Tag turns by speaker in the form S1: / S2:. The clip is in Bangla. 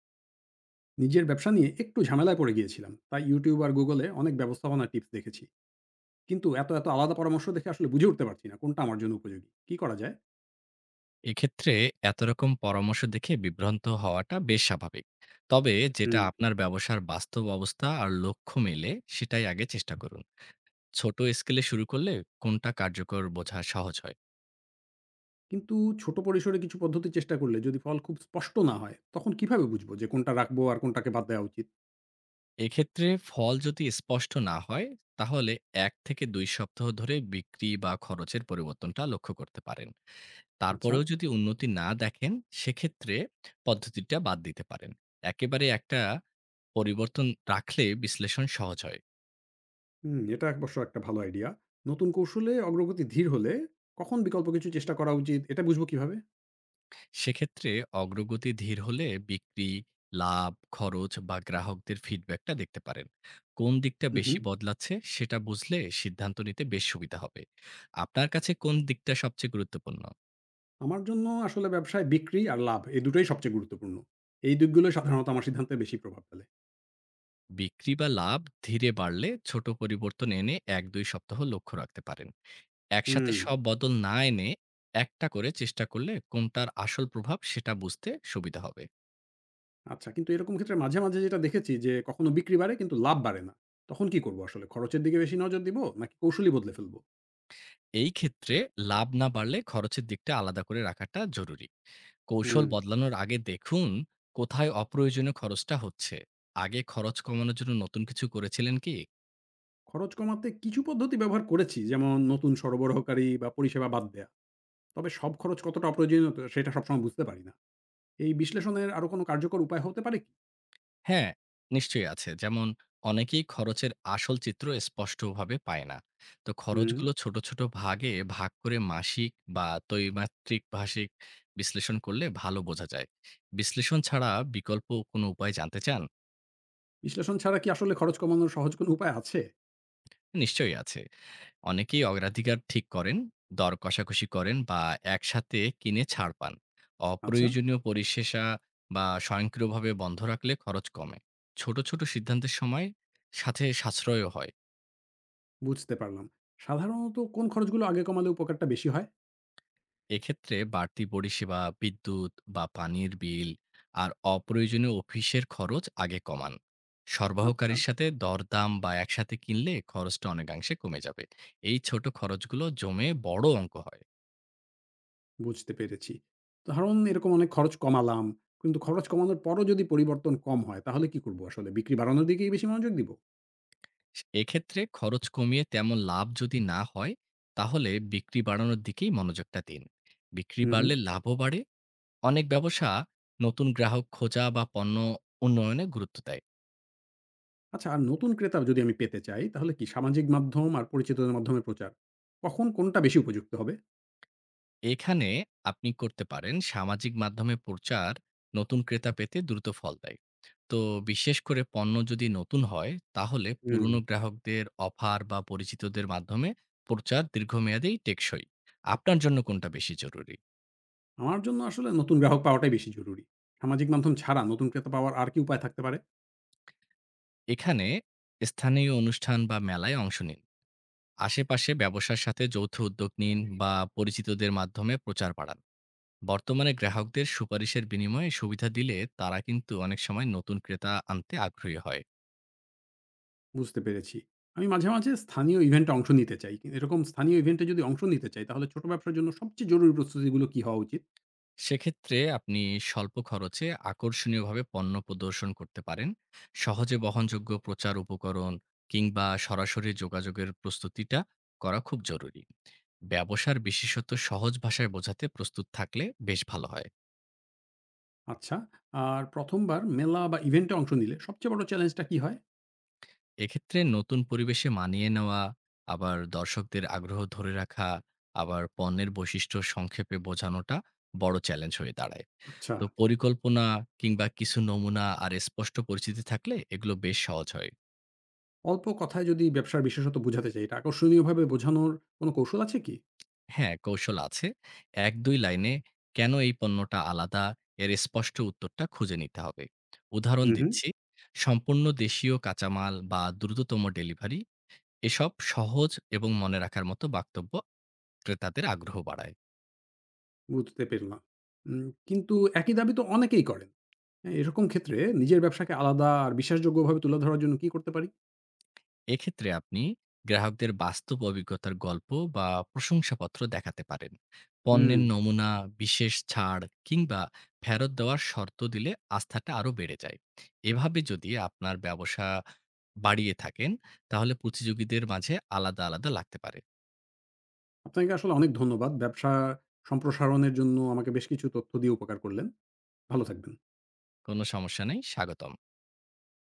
S1: নিজের ব্যবসা নিয়ে একটু ঝামেলায় পড়ে গিয়েছিলাম। তাই YouTube আর Google এ অনেক ব্যবস্থাপনার টিপস দেখেছি। কিন্তু এত আলাদা পরামর্শ দেখে আসলে বুঝে উঠতে পারছি না কোনটা আমার জন্য উপযোগী। কি করা যায়?
S2: এক্ষেত্রে এত রকম পরামর্শ দেখে বিভ্রান্ত হওয়াটা বেশ স্বাভাবিক। তবে
S1: হুম।
S2: যেটা আপনার ব্যবসার বাস্তব অবস্থা আর লক্ষ্য মেলে, সেটাই আগে চেষ্টা করুন। ছোট স্কেলে শুরু করলে কোনটা কার্যকর বোঝা সহজ হয়।
S1: কিন্তু ছোট পরিসরে কিছু পদ্ধতি চেষ্টা করলে যদি ফল খুব স্পষ্ট না হয়, তখন কিভাবে বুঝবো যে কোনটা রাখবো আর কোনটাকে বাদ দেওয়া উচিত?
S2: এক্ষেত্রে ফল যদি স্পষ্ট না হয়, তাহলে ১ থেকে ২ সপ্তাহ ধরে বিক্রি বা খরচের পরিবর্তনটা লক্ষ্য করতে পারেন।
S1: আচ্ছা,
S2: তারপরেও যদি উন্নতি না দেখেন, সেক্ষেত্রে পদ্ধতিটা বাদ দিতে পারেন। একেবারে একটা পরিবর্তন রাখলে বিশ্লেষণ সহজ হয়।
S1: হুম, এটা অবশ্য একটা ভালো আইডিয়া। নতুন কৌশলে অগ্রগতি ধীর হলে কখন বিকল্প কিছু চেষ্টা করা উচিত এটা বুঝবো কিভাবে?
S2: সেক্ষেত্রে অগ্রগতি ধীর হলে বিক্রি, লাভ, খরচ বা গ্রাহকদের ফিডব্যাকটা দেখতে পারেন। কোন দিকটা
S1: হুম।
S2: বেশি বদলাচ্ছে সেটা বুঝলে সিদ্ধান্ত নিতে বেশ সুবিধা হবে। আপনার কাছে কোন দিকটা সবচেয়ে গুরুত্বপূর্ণ?
S1: আমার জন্য আসলে ব্যবসায় বিক্রি আর লাভ এই দুটোই সবচেয়ে গুরুত্বপূর্ণ। এই দিকগুলোই সাধারণত আমার সিদ্ধান্তে বেশি প্রভাব ফেলে।
S2: বিক্রি বা লাভ ধীরে বাড়লে ছোট পরিবর্তন এনে ১-২ সপ্তাহ লক্ষ্য রাখতে পারেন। একসাথে
S1: হুম,
S2: সব বদল না এনে একটা করে চেষ্টা করলে কোনটার আসল প্রভাব সেটা বুঝতে সুবিধা হবে।
S1: আচ্ছা। কিন্তু এরকম ক্ষেত্রে মাঝে মাঝে যেটা দেখেছি যে কখনো বিক্রি বাড়ে কিন্তু লাভ বাড়ে না। তখন কি করব আসলে? খরচের দিকে বেশি নজর দিব নাকি কৌশলী বদলে ফেলব?
S2: এই ক্ষেত্রে লাভ না বাড়লে খরচের দিকটা আলাদা করে রাখাটা জরুরি। কৌশল
S1: হুম।
S2: বদলানোর আগে দেখুন কোথায় অপ্রয়োজনীয় খরচটা হচ্ছে। আগে খরচ কমানোর জন্য নতুন কিছু করেছিলেন কি?
S1: খরচ কমাতে কিছু পদ্ধতি ব্যবহার করেছি। যেমন নতুন সরবরাহকারী বা পরিষেবা বাদ দেয়া। তবে সব খরচ কতটা অপ্রয়োজনীয় তো সেটা সবসময় বুঝতে পারি না। এই বিশ্লেষণের আরো কোনো কার্যকর উপায় হতে পারে কি?
S2: হ্যাঁ, নিশ্চয়ই আছে। যেমন অনেকেই খরচের আসল চিত্র স্পষ্টভাবে পায় না। তো
S1: হুম।
S2: খরচগুলো ছোট, ছোট ভাগে ভাগ করে মাসিক বা ত্রৈমাত্রিক ভাষিক বিশ্লেষণ করলে ভালো বোঝা যায়। বিশ্লেষণ ছাড়া বিকল্প কোনো উপায় জানতে চান?
S1: বিশ্লেষণ ছাড়া কি আসলে খরচ কমানোর সহজ কোনো উপায় আছে?
S2: নিশ্চয়ই আছে। অনেকেই অগ্রাধিকার ঠিক করেন, দর কষাকষি করেন বা একসাথে কিনে ছাড় পান।
S1: আচ্ছা,
S2: অপ্রয়োজনীয় পরিষেবা বা স্বয়ংক্রিয়ভাবে বন্ধ রাখলে খরচ কমে। ছোট, ছোট সিদ্ধান্তের সময় সাথে সাশ্রয়ও হয়।
S1: বুঝতে পারলাম। সাধারণত কোন খরচগুলো আগে কমালে উপকারটা বেশি হয়?
S2: এক্ষেত্রে বাড়তি পরিষেবা, বিদ্যুৎ বা পানির বিল আর অপ্রয়োজনীয় অফিসের খরচ আগে কমান।
S1: আচ্ছা।
S2: সরবরাহকারীর সাথে দরদাম বা একসাথে কিনলে খরচটা অনেকাংশে কমে যাবে। এই ছোট খরচগুলো জমে বড় অঙ্ক হয়।
S1: বুঝতে পেরেছি। ধরুন এরকম অনেক খরচ কমালাম। কিন্তু খরচ কমানোর পরও যদি পরিবর্তন কম হয় তাহলে কি করব আসলে? বিক্রি বাড়ানোর দিকেই বেশি মনোযোগ দিব?
S2: এক্ষেত্রে খরচ কমিয়ে তেমন লাভ যদি না হয় তাহলে বিক্রি বাড়ানোর দিকেই মনোযোগটা দিন। বিক্রি
S1: হুম।
S2: বাড়লে লাভও বাড়ে। অনেক ব্যবসা নতুন গ্রাহক খোঁজা বা পণ্য উন্নয়নে গুরুত্ব দেয়।
S1: আচ্ছা আর নতুন ক্রেতা যদি আমি পেতে চাই তাহলে কি সামাজিক মাধ্যম আর পরিচিতদের মাধ্যমে প্রচার, কখন কোনটা বেশি উপযুক্ত হবে?
S2: এখানে আপনি করতে পারেন সামাজিক মাধ্যমে প্রচার নতুন ক্রেতা পেতে দ্রুত ফল দেয়। তো বিশেষ করে পণ্য যদি নতুন হয় তাহলে
S1: হুম।
S2: পুরনো গ্রাহকদের অফার বা পরিচিতদের মাধ্যমে প্রচার দীর্ঘমেয়াদেই টেকসই। আপনার জন্য কোনটা বেশি জরুরি?
S1: আমার জন্য আসলে নতুন গ্রাহক পাওয়াটাই বেশি জরুরি। সামাজিক মাধ্যম ছাড়া নতুন ক্রেতা পাওয়ার আর কি উপায় থাকতে পারে?
S2: এখানে স্থানীয় অনুষ্ঠান বা মেলায় অংশ নিন, আশেপাশে ব্যবসার সাথে যৌথ উদ্যোগ নিন বা পরিচিতদের মাধ্যমে প্রচার বাড়ান। বর্তমানে গ্রাহকদের সুপারিশের বিনিময়ে সুবিধা দিলে তারা কিন্তু অনেক সময় নতুন ক্রেতা আনতে আগ্রহী হয়।
S1: বুঝতে পেরেছি। আমি মাঝে মাঝে স্থানীয় ইভেন্টে অংশ নিতে চাই। কিন্তু এরকম স্থানীয় ইভেন্টে যদি অংশ নিতে চাই তাহলে ছোট ব্যবসার জন্য সবচেয়ে জরুরি প্রস্তুতিগুলো কি হওয়া উচিত?
S2: সেক্ষেত্রে আপনি স্বল্প খরচে আকর্ষণীয়ভাবে পণ্য প্রদর্শন করতে পারেন, সহজে বহনযোগ্য প্রচার উপকরণ কিংবা সরাসরি যোগাযোগের প্রস্তুতিটা করা খুব জরুরি। ব্যবসার বিশেষত সহজ ভাষায় বোঝাতে প্রস্তুত থাকলে বেশ ভালো হয়।
S1: আচ্ছা। আর ১ম বার মেলা বা ইভেন্টে অংশ নিলে সবচেয়ে বড় চ্যালেঞ্জটা কি হয়?
S2: এক্ষেত্রে নতুন পরিবেশে মানিয়ে নেওয়া, আবার দর্শকদের আগ্রহ ধরে রাখা, আবার পণ্যের বৈশিষ্ট্য সংক্ষেপে বোঝানোটা বড় চ্যালেঞ্জ হয়ে দাঁড়ায়।
S1: আচ্ছা।
S2: তো পরিকল্পনা কিংবা কিছু নমুনা আর স্পষ্ট পরিচিতি থাকলে এগুলো বেশ সহজ হয়।
S1: অল্প কথায় যদি ব্যবসার বিশেষত্ব বোঝাতে চাই, এটা আকর্ষণীয়ভাবে বোঝানোর কোনো কৌশল আছে কি?
S2: হ্যাঁ, কৌশল আছে। ১-২ লাইনে কেন এই পণ্যটা আলাদা এর স্পষ্ট উত্তরটা খুঁজে নিতে হবে। উদাহরণ
S1: হুম।
S2: দিচ্ছি, সম্পূর্ণ দেশীয় কাঁচামাল বা দ্রুততম ডেলিভারি এসব সহজ এবং মনে রাখার মতো বাক্তব্য ক্রেতাদের আগ্রহ বাড়ায়।
S1: বুঝতে পেরলাম। কিন্তু একই দাবি তো অনেকেই করেন। হ্যাঁ, এরকম ক্ষেত্রে নিজের ব্যবসাকে আলাদা আর বিশ্বাসযোগ্যভাবে তুলে ধরার জন্য কি করতে পারি?
S2: এক্ষেত্রে আপনি গ্রাহকদের বাস্তব অভিজ্ঞতার গল্প বা প্রশংসাপত্র দেখাতে পারেন।
S1: হুম।
S2: পণ্যের নমুনা, বিশেষ ছাড় কিংবা ফেরত দেওয়ার শর্ত দিলে আস্থাটা আরও বেড়ে যায়। এভাবে যদি আপনার ব্যবসা বাড়িয়ে থাকেন তাহলে প্রতিযোগীদের মাঝে আলাদা আলাদা লাগতে পারে।
S1: আপনাকে আসলে অনেক ধন্যবাদ। ব্যবসা সম্প্রসারণের জন্য আমাকে বেশ কিছু তথ্য দিয়ে উপকার করলেন। ভালো থাকবেন।
S2: কোনো সমস্যা নেই, স্বাগতম।